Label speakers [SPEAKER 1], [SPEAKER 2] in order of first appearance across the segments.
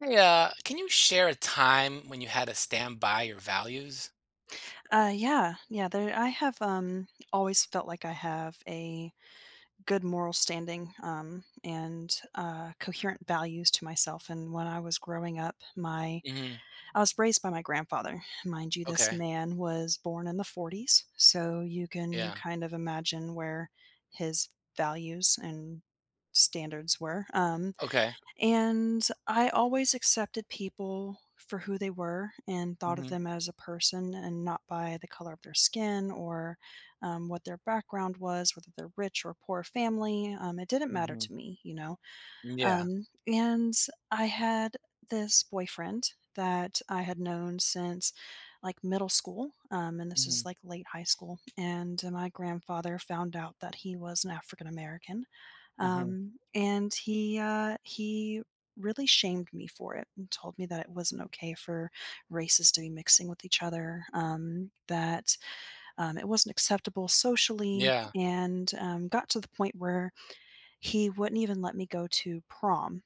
[SPEAKER 1] Hey, can you share a time when you had to stand by your values?
[SPEAKER 2] Yeah, yeah. I have always felt like I have a good moral standing and coherent values to myself. And when I was growing up, my
[SPEAKER 1] hmm
[SPEAKER 2] I was raised by my grandfather. Mind you, this
[SPEAKER 1] Okay.
[SPEAKER 2] man was born in the 40s, so you can
[SPEAKER 1] Yeah.
[SPEAKER 2] kind of imagine where his values and standards were. Um,
[SPEAKER 1] Okay.
[SPEAKER 2] and I always accepted people for who they were and thought of
[SPEAKER 1] hmm
[SPEAKER 2] them as a person and not by the color of their skin or what their background was, whether they're rich or poor family. It didn't matter
[SPEAKER 1] hmm
[SPEAKER 2] to me.
[SPEAKER 1] Yeah.
[SPEAKER 2] And I had this boyfriend that I had known since like middle school, and this is
[SPEAKER 1] hmm
[SPEAKER 2] like late high school. And my grandfather found out that he was an African American,
[SPEAKER 1] hmm
[SPEAKER 2] and he really shamed me for it and told me that it wasn't okay for races to be mixing with each other, that it wasn't acceptable socially,
[SPEAKER 1] Yeah.
[SPEAKER 2] and got to the point where he wouldn't even let me go to prom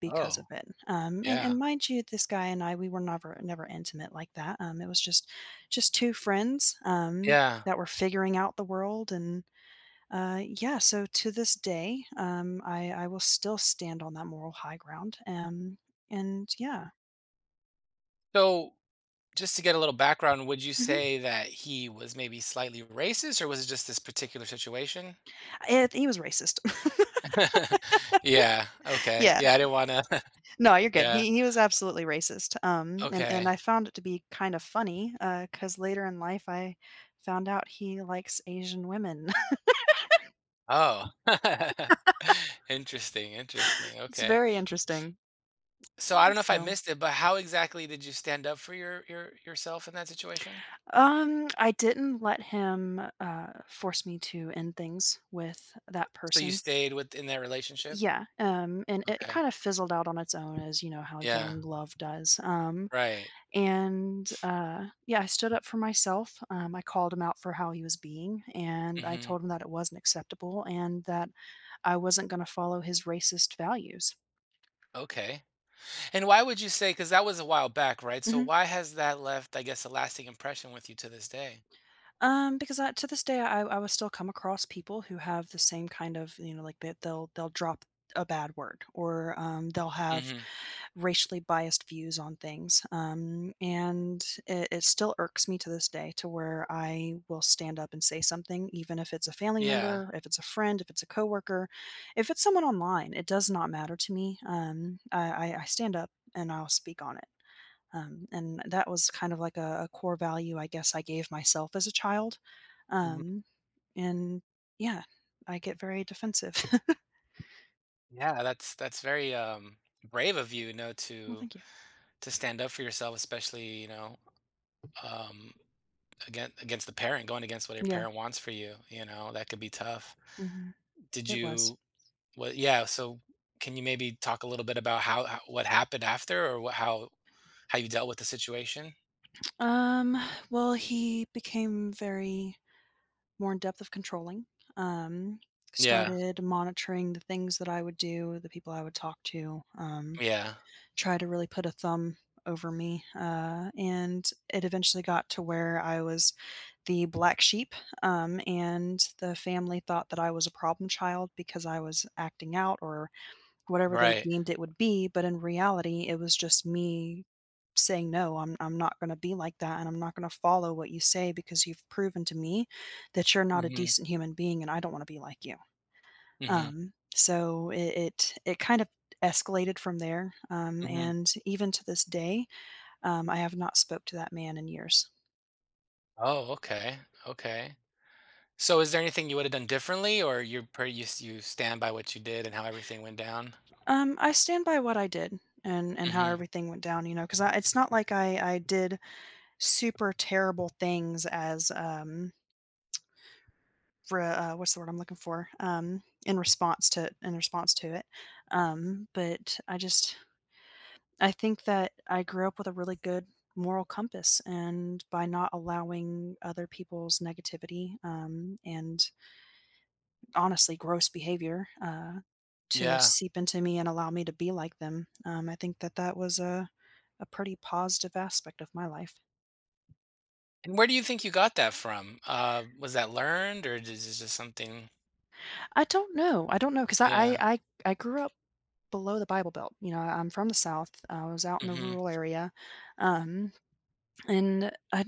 [SPEAKER 2] because of
[SPEAKER 1] Oh,
[SPEAKER 2] it. Um, and
[SPEAKER 1] yeah.
[SPEAKER 2] and mind you, this guy and I, we were never intimate like that. It was just two friends
[SPEAKER 1] Yeah.
[SPEAKER 2] that were figuring out the world, and yeah. So to this day, I will still stand on that moral high ground. And yeah,
[SPEAKER 1] So, just to get a little background, would you
[SPEAKER 2] hmm
[SPEAKER 1] say that he was maybe slightly racist, or was it just this particular situation?
[SPEAKER 2] he was racist.
[SPEAKER 1] Yeah. Okay.
[SPEAKER 2] Yeah,
[SPEAKER 1] Yeah, I didn't want to.
[SPEAKER 2] no, you're good.
[SPEAKER 1] Yeah.
[SPEAKER 2] He was absolutely racist. And
[SPEAKER 1] Okay.
[SPEAKER 2] I found it to be kind of funny, because later in life I found out he likes Asian women.
[SPEAKER 1] Oh. Interesting. Interesting.
[SPEAKER 2] It's
[SPEAKER 1] Okay.
[SPEAKER 2] very interesting.
[SPEAKER 1] So I don't know if I
[SPEAKER 2] So,
[SPEAKER 1] missed it, but how exactly did you stand up for your yourself in that situation?
[SPEAKER 2] I didn't let him force me to end things with that
[SPEAKER 1] So you
[SPEAKER 2] person.
[SPEAKER 1] stayed within that relationship?
[SPEAKER 2] Yeah, and it
[SPEAKER 1] Okay.
[SPEAKER 2] kind of fizzled out on its own, as you know how
[SPEAKER 1] Yeah.
[SPEAKER 2] young love does. Um,
[SPEAKER 1] Right.
[SPEAKER 2] and uh, yeah, I stood up for myself. I called him out for how he was being, and I
[SPEAKER 1] hmm
[SPEAKER 2] told him that it wasn't acceptable and that I wasn't going to follow his racist values.
[SPEAKER 1] Okay. And why would you say, because that was a while back, right? So
[SPEAKER 2] Mhm.
[SPEAKER 1] why has that left, I guess, a lasting impression with you to this day?
[SPEAKER 2] Because to this day, I will still come across people who have the same kind of, like they'll drop a bad word or they'll have
[SPEAKER 1] hmm
[SPEAKER 2] racially biased views on things. And it still irks me to this day to where I will stand up and say something, even if it's a family
[SPEAKER 1] Yeah.
[SPEAKER 2] member, if it's a friend, if it's a coworker, if it's someone online, it does not matter to me. I stand up and I'll speak on it. And that was kind of like a core value I guess I gave myself as a child.
[SPEAKER 1] hmm
[SPEAKER 2] Um, and yeah, I get very defensive.
[SPEAKER 1] Yeah, that's very brave of you, you know,
[SPEAKER 2] Well,
[SPEAKER 1] to
[SPEAKER 2] thank you.
[SPEAKER 1] stand up for yourself, especially, you know, um against the parent, going against what your
[SPEAKER 2] Yeah.
[SPEAKER 1] parent wants for you, you know, that could be tough.
[SPEAKER 2] hmm
[SPEAKER 1] Did
[SPEAKER 2] It was.
[SPEAKER 1] you Well, yeah. So, can you maybe talk a little bit about how, what happened after, or how you dealt with the situation?
[SPEAKER 2] Um, well, he became very more in depth of controlling. Um,
[SPEAKER 1] Yeah.
[SPEAKER 2] Started monitoring the things that I would do, the people I would talk to.
[SPEAKER 1] Yeah.
[SPEAKER 2] Try to really put a thumb over me, and it eventually got to where I was the black sheep, and the family thought that I was a problem child because I was acting out or whatever they
[SPEAKER 1] Right.
[SPEAKER 2] deemed it would be, but in reality, it was just me saying, "No, I'm not gonna be like that, and I'm not gonna follow what you say because you've proven to me that you're not a
[SPEAKER 1] Mhm.
[SPEAKER 2] decent human being, and I don't wanna be like you."
[SPEAKER 1] Mhm.
[SPEAKER 2] So it kind of escalated from there,
[SPEAKER 1] Mhm.
[SPEAKER 2] and even to this day, I have not spoke to that man in years.
[SPEAKER 1] Oh, okay. Okay. So, is there anything you would have done differently, or you're pretty you stand by what you did and how everything went down?
[SPEAKER 2] I stand by what I did and how
[SPEAKER 1] hmm
[SPEAKER 2] everything went down, you know, because it's not like I did super terrible things as, re what's the word I'm looking for? In response to it. But I think that I grew up with a really good moral compass, and by not allowing other people's negativity, and honestly, gross behavior, to
[SPEAKER 1] Yeah.
[SPEAKER 2] seep into me and allow me to be like them, I think that that was a pretty positive aspect of my life.
[SPEAKER 1] And where do you think you got that from? Was that learned, or is this just something?
[SPEAKER 2] I don't know, 'cause
[SPEAKER 1] Yeah.
[SPEAKER 2] I grew up below the Bible Belt, you know. I'm from the South, I was out in the
[SPEAKER 1] hmm
[SPEAKER 2] rural area. Um And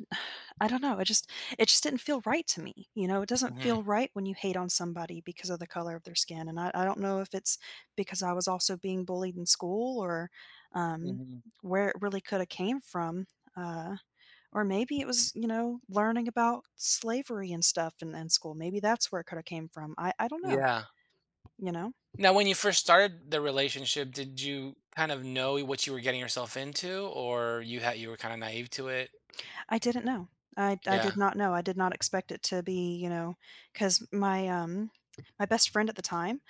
[SPEAKER 2] I don't know, I just it just didn't feel right to me, you know? It doesn't
[SPEAKER 1] hmm
[SPEAKER 2] feel right when you hate on somebody because of the color of their skin, and I don't know if it's because I was also being bullied in school or, um,
[SPEAKER 1] hmm
[SPEAKER 2] where it really coulda came from, uh, or maybe it was, you know, learning about slavery and stuff in school. Maybe that's where it coulda came from. I don't know,
[SPEAKER 1] Yeah.
[SPEAKER 2] you know?
[SPEAKER 1] Now, when you first started the relationship, did you kind of know what you were getting yourself into, or you were kind of naive to it?
[SPEAKER 2] I didn't know. I
[SPEAKER 1] Yeah.
[SPEAKER 2] did not know. I did not expect it to be, you know, because my best friend at the time,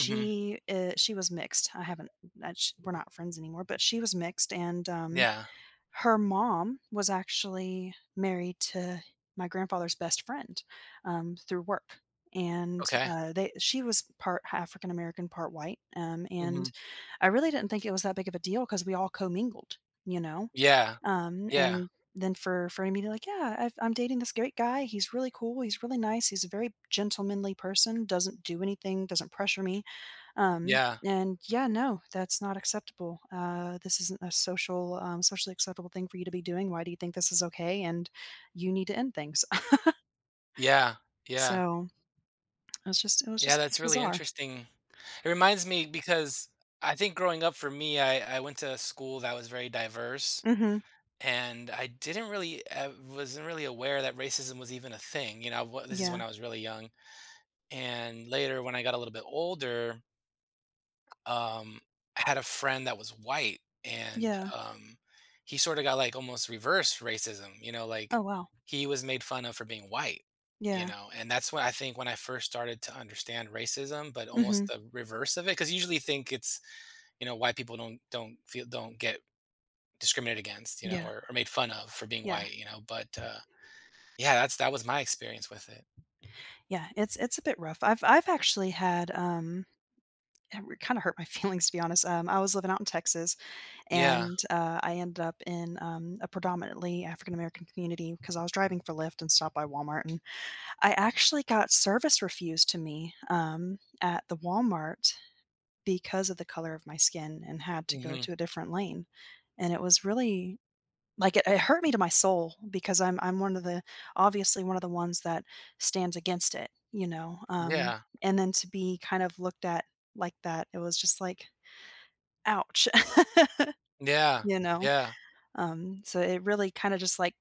[SPEAKER 1] hmm
[SPEAKER 2] uh she was mixed. I haven't that sh We're not friends anymore, but she was mixed, and,
[SPEAKER 1] Yeah.
[SPEAKER 2] her mom was actually married to my grandfather's best friend, through work, and,
[SPEAKER 1] Okay.
[SPEAKER 2] they she was part African American, part white,
[SPEAKER 1] hmm
[SPEAKER 2] and I really didn't think it was that big of a deal because we all commingled, you know?
[SPEAKER 1] Yeah.
[SPEAKER 2] Um,
[SPEAKER 1] Yeah.
[SPEAKER 2] and then for me to like, yeah, I'm dating this great guy. He's really cool. He's really nice. He's a very gentlemanly person. Doesn't do anything. Doesn't pressure me. Um,
[SPEAKER 1] Yeah.
[SPEAKER 2] and yeah, no, that's not acceptable. This isn't a social, socially acceptable thing for you to be doing. Why do you think this is okay? And you need to end things.
[SPEAKER 1] Yeah. Yeah.
[SPEAKER 2] So it was
[SPEAKER 1] Yeah.
[SPEAKER 2] just
[SPEAKER 1] That's really
[SPEAKER 2] bizarre.
[SPEAKER 1] interesting. It reminds me because I think growing up for me, I went to a school that was very diverse,
[SPEAKER 2] Mm-hmm.
[SPEAKER 1] and I didn't really I wasn't really aware that racism was even a thing. You know, this is when
[SPEAKER 2] Yeah.
[SPEAKER 1] I was really young, and later when I got a little bit older. um, I had a friend that was white, and
[SPEAKER 2] Yeah.
[SPEAKER 1] he sort of got like almost reverse racism. You know, like
[SPEAKER 2] Oh, wow.
[SPEAKER 1] he was made fun of for being white. You
[SPEAKER 2] Yeah.
[SPEAKER 1] know, and that's when I think when I first started to understand racism, but almost
[SPEAKER 2] Mm-hmm.
[SPEAKER 1] the reverse of it, because usually think it's you know white people don't get discriminated against, you know,
[SPEAKER 2] Yeah.
[SPEAKER 1] or made fun of for being
[SPEAKER 2] Yeah.
[SPEAKER 1] white, you know. But yeah, that's that was my experience with it.
[SPEAKER 2] Yeah. It's a bit rough. I've actually had It kinda hurt my feelings, to be honest. I was living out in Texas,
[SPEAKER 1] Yeah.
[SPEAKER 2] and, I ended up in, a predominantly African American community because I was driving for Lyft and stopped by Walmart, and I actually got service refused to me, at the Walmart because of the color of my skin and had to go
[SPEAKER 1] hmm
[SPEAKER 2] to a different lane, and it was really like, it hurt me to my soul because I'm one of the obviously one of the ones that stands against it, you know? Um,
[SPEAKER 1] Yeah.
[SPEAKER 2] and then to be kind of looked at like that, it was just like ouch,
[SPEAKER 1] Yeah.
[SPEAKER 2] you know?
[SPEAKER 1] Yeah.
[SPEAKER 2] So it really kinda just, like,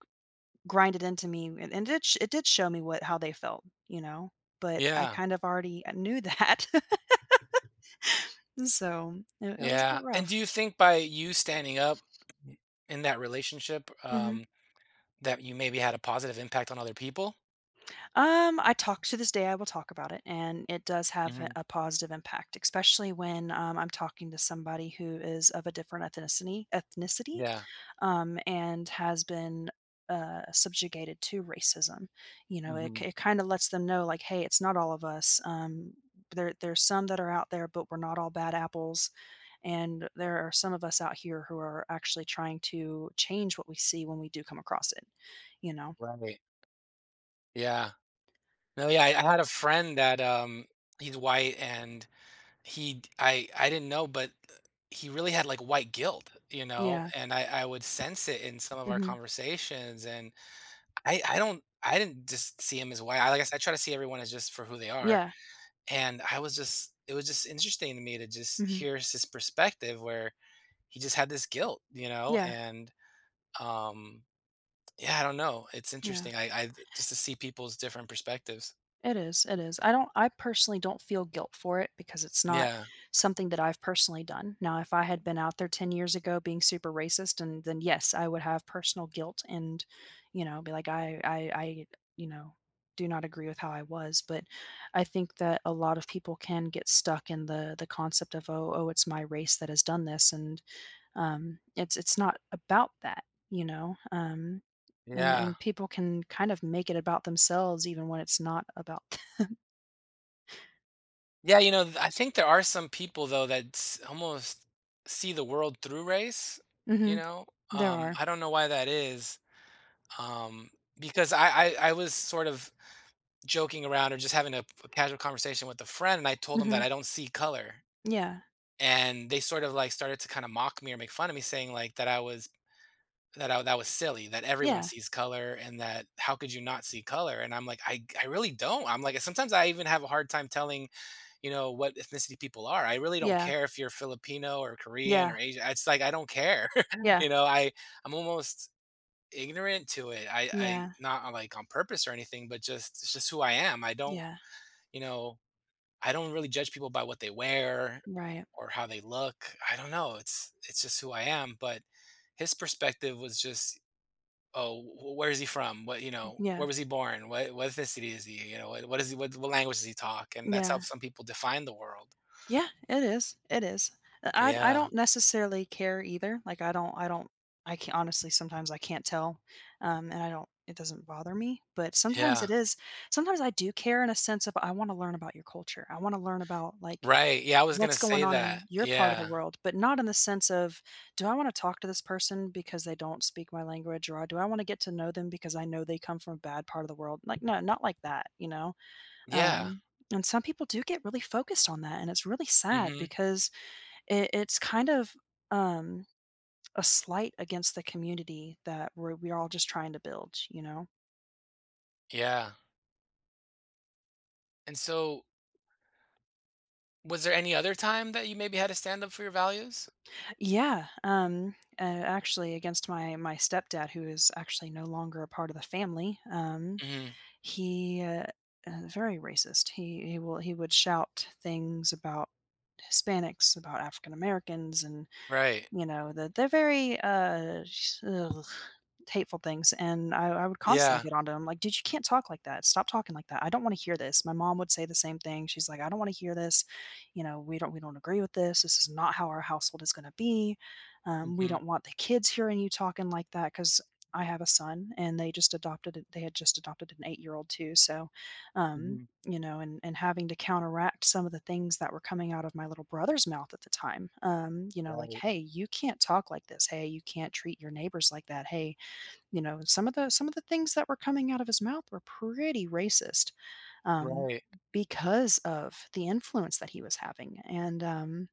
[SPEAKER 2] grinded into me, and it did show me what how they felt, you know? But I
[SPEAKER 1] Yeah.
[SPEAKER 2] kind of already knew that, so it was a
[SPEAKER 1] Yeah.
[SPEAKER 2] bit
[SPEAKER 1] And
[SPEAKER 2] rough.
[SPEAKER 1] do you think by you standing up in that relationship,
[SPEAKER 2] Mhm.
[SPEAKER 1] that you maybe had a positive impact on other people?
[SPEAKER 2] I talk To this day, I will talk about it, and it does have a
[SPEAKER 1] hmm
[SPEAKER 2] a positive impact, especially when, I'm talking to somebody who is of a different ethnicity.
[SPEAKER 1] Yeah.
[SPEAKER 2] And has been subjugated to racism. You know, it,
[SPEAKER 1] hmm
[SPEAKER 2] it kind of lets them know, like, hey, it's not all of us. There's some that are out there, but we're not all bad apples. And there are some of us out here who are actually trying to change what we see when we do come across it, you know?
[SPEAKER 1] Right. Yeah. No, yeah, I had a friend that he's white and I didn't know, but he really had like white guilt, you know,
[SPEAKER 2] Yeah.
[SPEAKER 1] and I would sense it in some of our
[SPEAKER 2] Hmm.
[SPEAKER 1] conversations. And I don't I didn't just see him as white. I like I said, I try to see everyone as just for who they are.
[SPEAKER 2] Yeah.
[SPEAKER 1] And I was just it was just interesting to me to just
[SPEAKER 2] Hmm.
[SPEAKER 1] hear his perspective where he just had this guilt, you know,
[SPEAKER 2] Yeah.
[SPEAKER 1] and um yeah, I don't know. It's
[SPEAKER 2] Yeah.
[SPEAKER 1] interesting. I Just to see people's different perspectives.
[SPEAKER 2] It is, it is. I personally don't feel guilt for it because it's not
[SPEAKER 1] Yeah.
[SPEAKER 2] something that I've personally done. Now, if I had been out there 10 years ago being super racist, and then yes, I would have personal guilt and, you know, be like, you know, do not agree with how I was. But I think that a lot of people can get stuck in the concept of, it's my race that has done this, and it's not about that, you know. Um and
[SPEAKER 1] Yeah.
[SPEAKER 2] and people can kind of make it about themselves even when it's not about.
[SPEAKER 1] Yeah, you know, I think there are some people though that almost see the world through race, you
[SPEAKER 2] Mhm.
[SPEAKER 1] know?
[SPEAKER 2] There are.
[SPEAKER 1] I don't know why that is. Um because I was sort of joking around or just having a casual conversation with a friend and I told him
[SPEAKER 2] Mhm.
[SPEAKER 1] that I don't see color,
[SPEAKER 2] Yeah.
[SPEAKER 1] and they sort of like started to kind of mock me or make fun of me saying like that I was that was silly, that everyone
[SPEAKER 2] Yeah.
[SPEAKER 1] sees color and that how could you not see color. And I'm like, I really don't. I'm like, sometimes I even have a hard time telling, you know, what ethnicity people are. I really don't
[SPEAKER 2] Yeah.
[SPEAKER 1] care if you're Filipino or Korean
[SPEAKER 2] Yeah.
[SPEAKER 1] or Asian. It's like I don't care.
[SPEAKER 2] Yeah.
[SPEAKER 1] You know, I'm almost ignorant to it. I
[SPEAKER 2] Yeah.
[SPEAKER 1] Not on, like on purpose or anything, but just it's just who I am. I don't,
[SPEAKER 2] Yeah.
[SPEAKER 1] you know, I don't really judge people by what they wear
[SPEAKER 2] Right.
[SPEAKER 1] or how they look. I don't know. It's just who I am. But his perspective was just, oh, where is he from? What, you know, where
[SPEAKER 2] Yeah.
[SPEAKER 1] was he born? What ethnicity is he? You know, what is he? What language does he talk? And that's how
[SPEAKER 2] Yeah.
[SPEAKER 1] some people define the world.
[SPEAKER 2] Yeah, it is. It is. I
[SPEAKER 1] Yeah.
[SPEAKER 2] don't necessarily care either. Like, I don't I don't I can honestly, sometimes I can't tell, and I don't it doesn't bother me, but sometimes
[SPEAKER 1] Yeah.
[SPEAKER 2] it is sometimes I do care in a sense of, I wanna learn about your culture. I wanna learn about, like,
[SPEAKER 1] Right. Yeah. I was gonna
[SPEAKER 2] what's going
[SPEAKER 1] say
[SPEAKER 2] on
[SPEAKER 1] that.
[SPEAKER 2] in your part of the
[SPEAKER 1] Yeah.
[SPEAKER 2] world, but not in the sense of, do I want to talk to this person because they don't speak my language, or do I want to get to know them because I know they come from a bad part of the world? Like, no, not like that, you know?
[SPEAKER 1] Yeah.
[SPEAKER 2] Um, and some people do get really focused on that. And it's really sad
[SPEAKER 1] hmm
[SPEAKER 2] because it's kind of um, a slight against the community that we're all just trying to build, you know?
[SPEAKER 1] Yeah. And so, was there any other time that you maybe had to stand up for your values?
[SPEAKER 2] Yeah, actually, against my stepdad, who is actually no longer a part of the family.
[SPEAKER 1] hmm
[SPEAKER 2] He, uh, Very racist. He would shout things about Hispanics, about African Americans, and
[SPEAKER 1] Right.
[SPEAKER 2] you know, they're very, hateful things, and I would constantly
[SPEAKER 1] Yeah.
[SPEAKER 2] get onto them, like, "Dude, you can't talk like that. Stop talking like that. I don't wanna hear this." My mom would say the same thing. She's like, "I don't wanna hear this. You know, we don't agree with this. This is not how our household is gonna be. We
[SPEAKER 1] hmm
[SPEAKER 2] don't want the kids hearing you talking like that." Because I have a son, and they had just adopted an 8-year-old too, so, um,
[SPEAKER 1] hmm
[SPEAKER 2] you know, and having to counteract some of the things that were coming out of my little brother's mouth at the time. You know, like,
[SPEAKER 1] Right.
[SPEAKER 2] "Hey, you can't talk like this. Hey, you can't treat your neighbors like that. Hey," you know, some of the things that were coming out of his mouth were pretty racist, um,
[SPEAKER 1] Right.
[SPEAKER 2] because of the influence that he was having, and,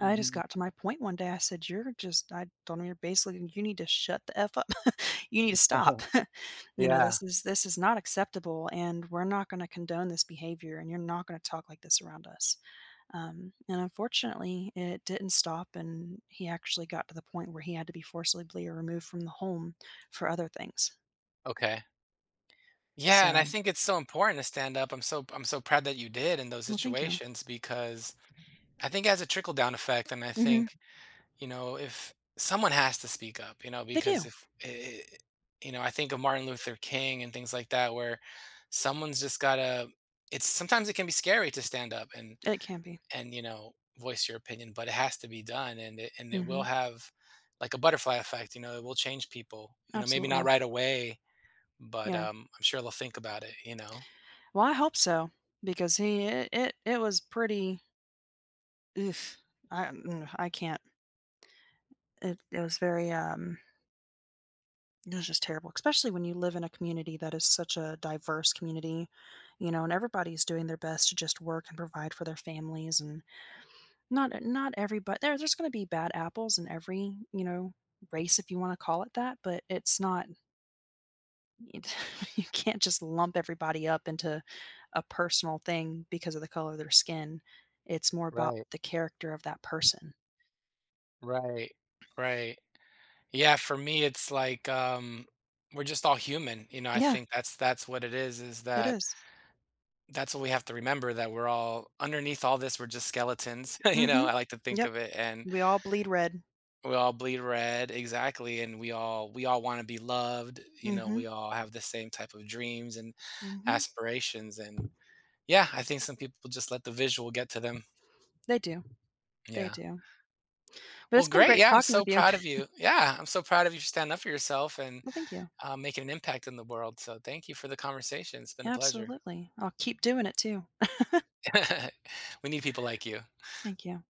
[SPEAKER 2] I just got to my point one day. I said, "You're just, I told him, you're basically, you need to shut the F up." You need to stop. You know,
[SPEAKER 1] Yeah.
[SPEAKER 2] this is not acceptable, and we're not going to condone this behavior, and you're not going to talk like this around us. And unfortunately, it didn't stop. And he actually got to the point where he had to be forcibly removed from the home for other things.
[SPEAKER 1] Okay. Yeah, and I
[SPEAKER 2] So,
[SPEAKER 1] think it's so important to stand up. I'm so proud that you did in those
[SPEAKER 2] well, thank you.
[SPEAKER 1] situations, because I think it has a trickle down effect. And I
[SPEAKER 2] hmm
[SPEAKER 1] think, you know, if someone has to speak up, you know,
[SPEAKER 2] They
[SPEAKER 1] because
[SPEAKER 2] do.
[SPEAKER 1] if I you know, I think of Martin Luther King and things like that, where someone's just gotta. It's sometimes it can be scary to stand up and
[SPEAKER 2] It can be.
[SPEAKER 1] you know voice your opinion, but it has to be done. And and it will
[SPEAKER 2] hmm
[SPEAKER 1] have like a butterfly effect, you know. It will change people, you know, maybe not
[SPEAKER 2] Absolutely.
[SPEAKER 1] right away, but
[SPEAKER 2] Yeah.
[SPEAKER 1] I'm sure they'll think about it, you know.
[SPEAKER 2] Well, I hope so, because it was pretty. Oof. I can't. It was very, it was just terrible, especially when you live in a community that is such a diverse community, you know, and everybody's doing their best to just work and provide for their families, and not not everybo there there's gonna be bad apples in every, you know, race, if you wanna call it that. But it's not, it you can't just lump everybody up into a personal thing because of the color of their skin. It's more about
[SPEAKER 1] Right,
[SPEAKER 2] the character of that person.
[SPEAKER 1] right, right. Yeah, for me it's like, we're just all human, you know. I
[SPEAKER 2] Yeah,
[SPEAKER 1] think that's what it is,
[SPEAKER 2] it
[SPEAKER 1] that
[SPEAKER 2] is.
[SPEAKER 1] that's what we have to remember, that we're all underneath all this we're just skeletons. You know,
[SPEAKER 2] Mhm.
[SPEAKER 1] I like to think
[SPEAKER 2] Yep.
[SPEAKER 1] of it. And
[SPEAKER 2] We all bleed red.
[SPEAKER 1] we all bleed red, exactly. And we all want to be loved, you know.
[SPEAKER 2] Mhm,
[SPEAKER 1] We all have the same type of dreams and
[SPEAKER 2] mhm.
[SPEAKER 1] aspirations and yeah, I think some people just let the visual get to them.
[SPEAKER 2] They do, they
[SPEAKER 1] Yeah.
[SPEAKER 2] do. But
[SPEAKER 1] Well,
[SPEAKER 2] it's been
[SPEAKER 1] great.
[SPEAKER 2] great
[SPEAKER 1] Yeah, I'm
[SPEAKER 2] talking
[SPEAKER 1] so
[SPEAKER 2] with you.
[SPEAKER 1] proud of you. Yeah, I'm so proud of you for standing up for yourself and
[SPEAKER 2] Well, thank you.
[SPEAKER 1] making an impact in the world. So thank you for the conversation, it's been a pleasure.
[SPEAKER 2] Absolutely. I'll keep doing it too.
[SPEAKER 1] We need people like you.
[SPEAKER 2] Thank you.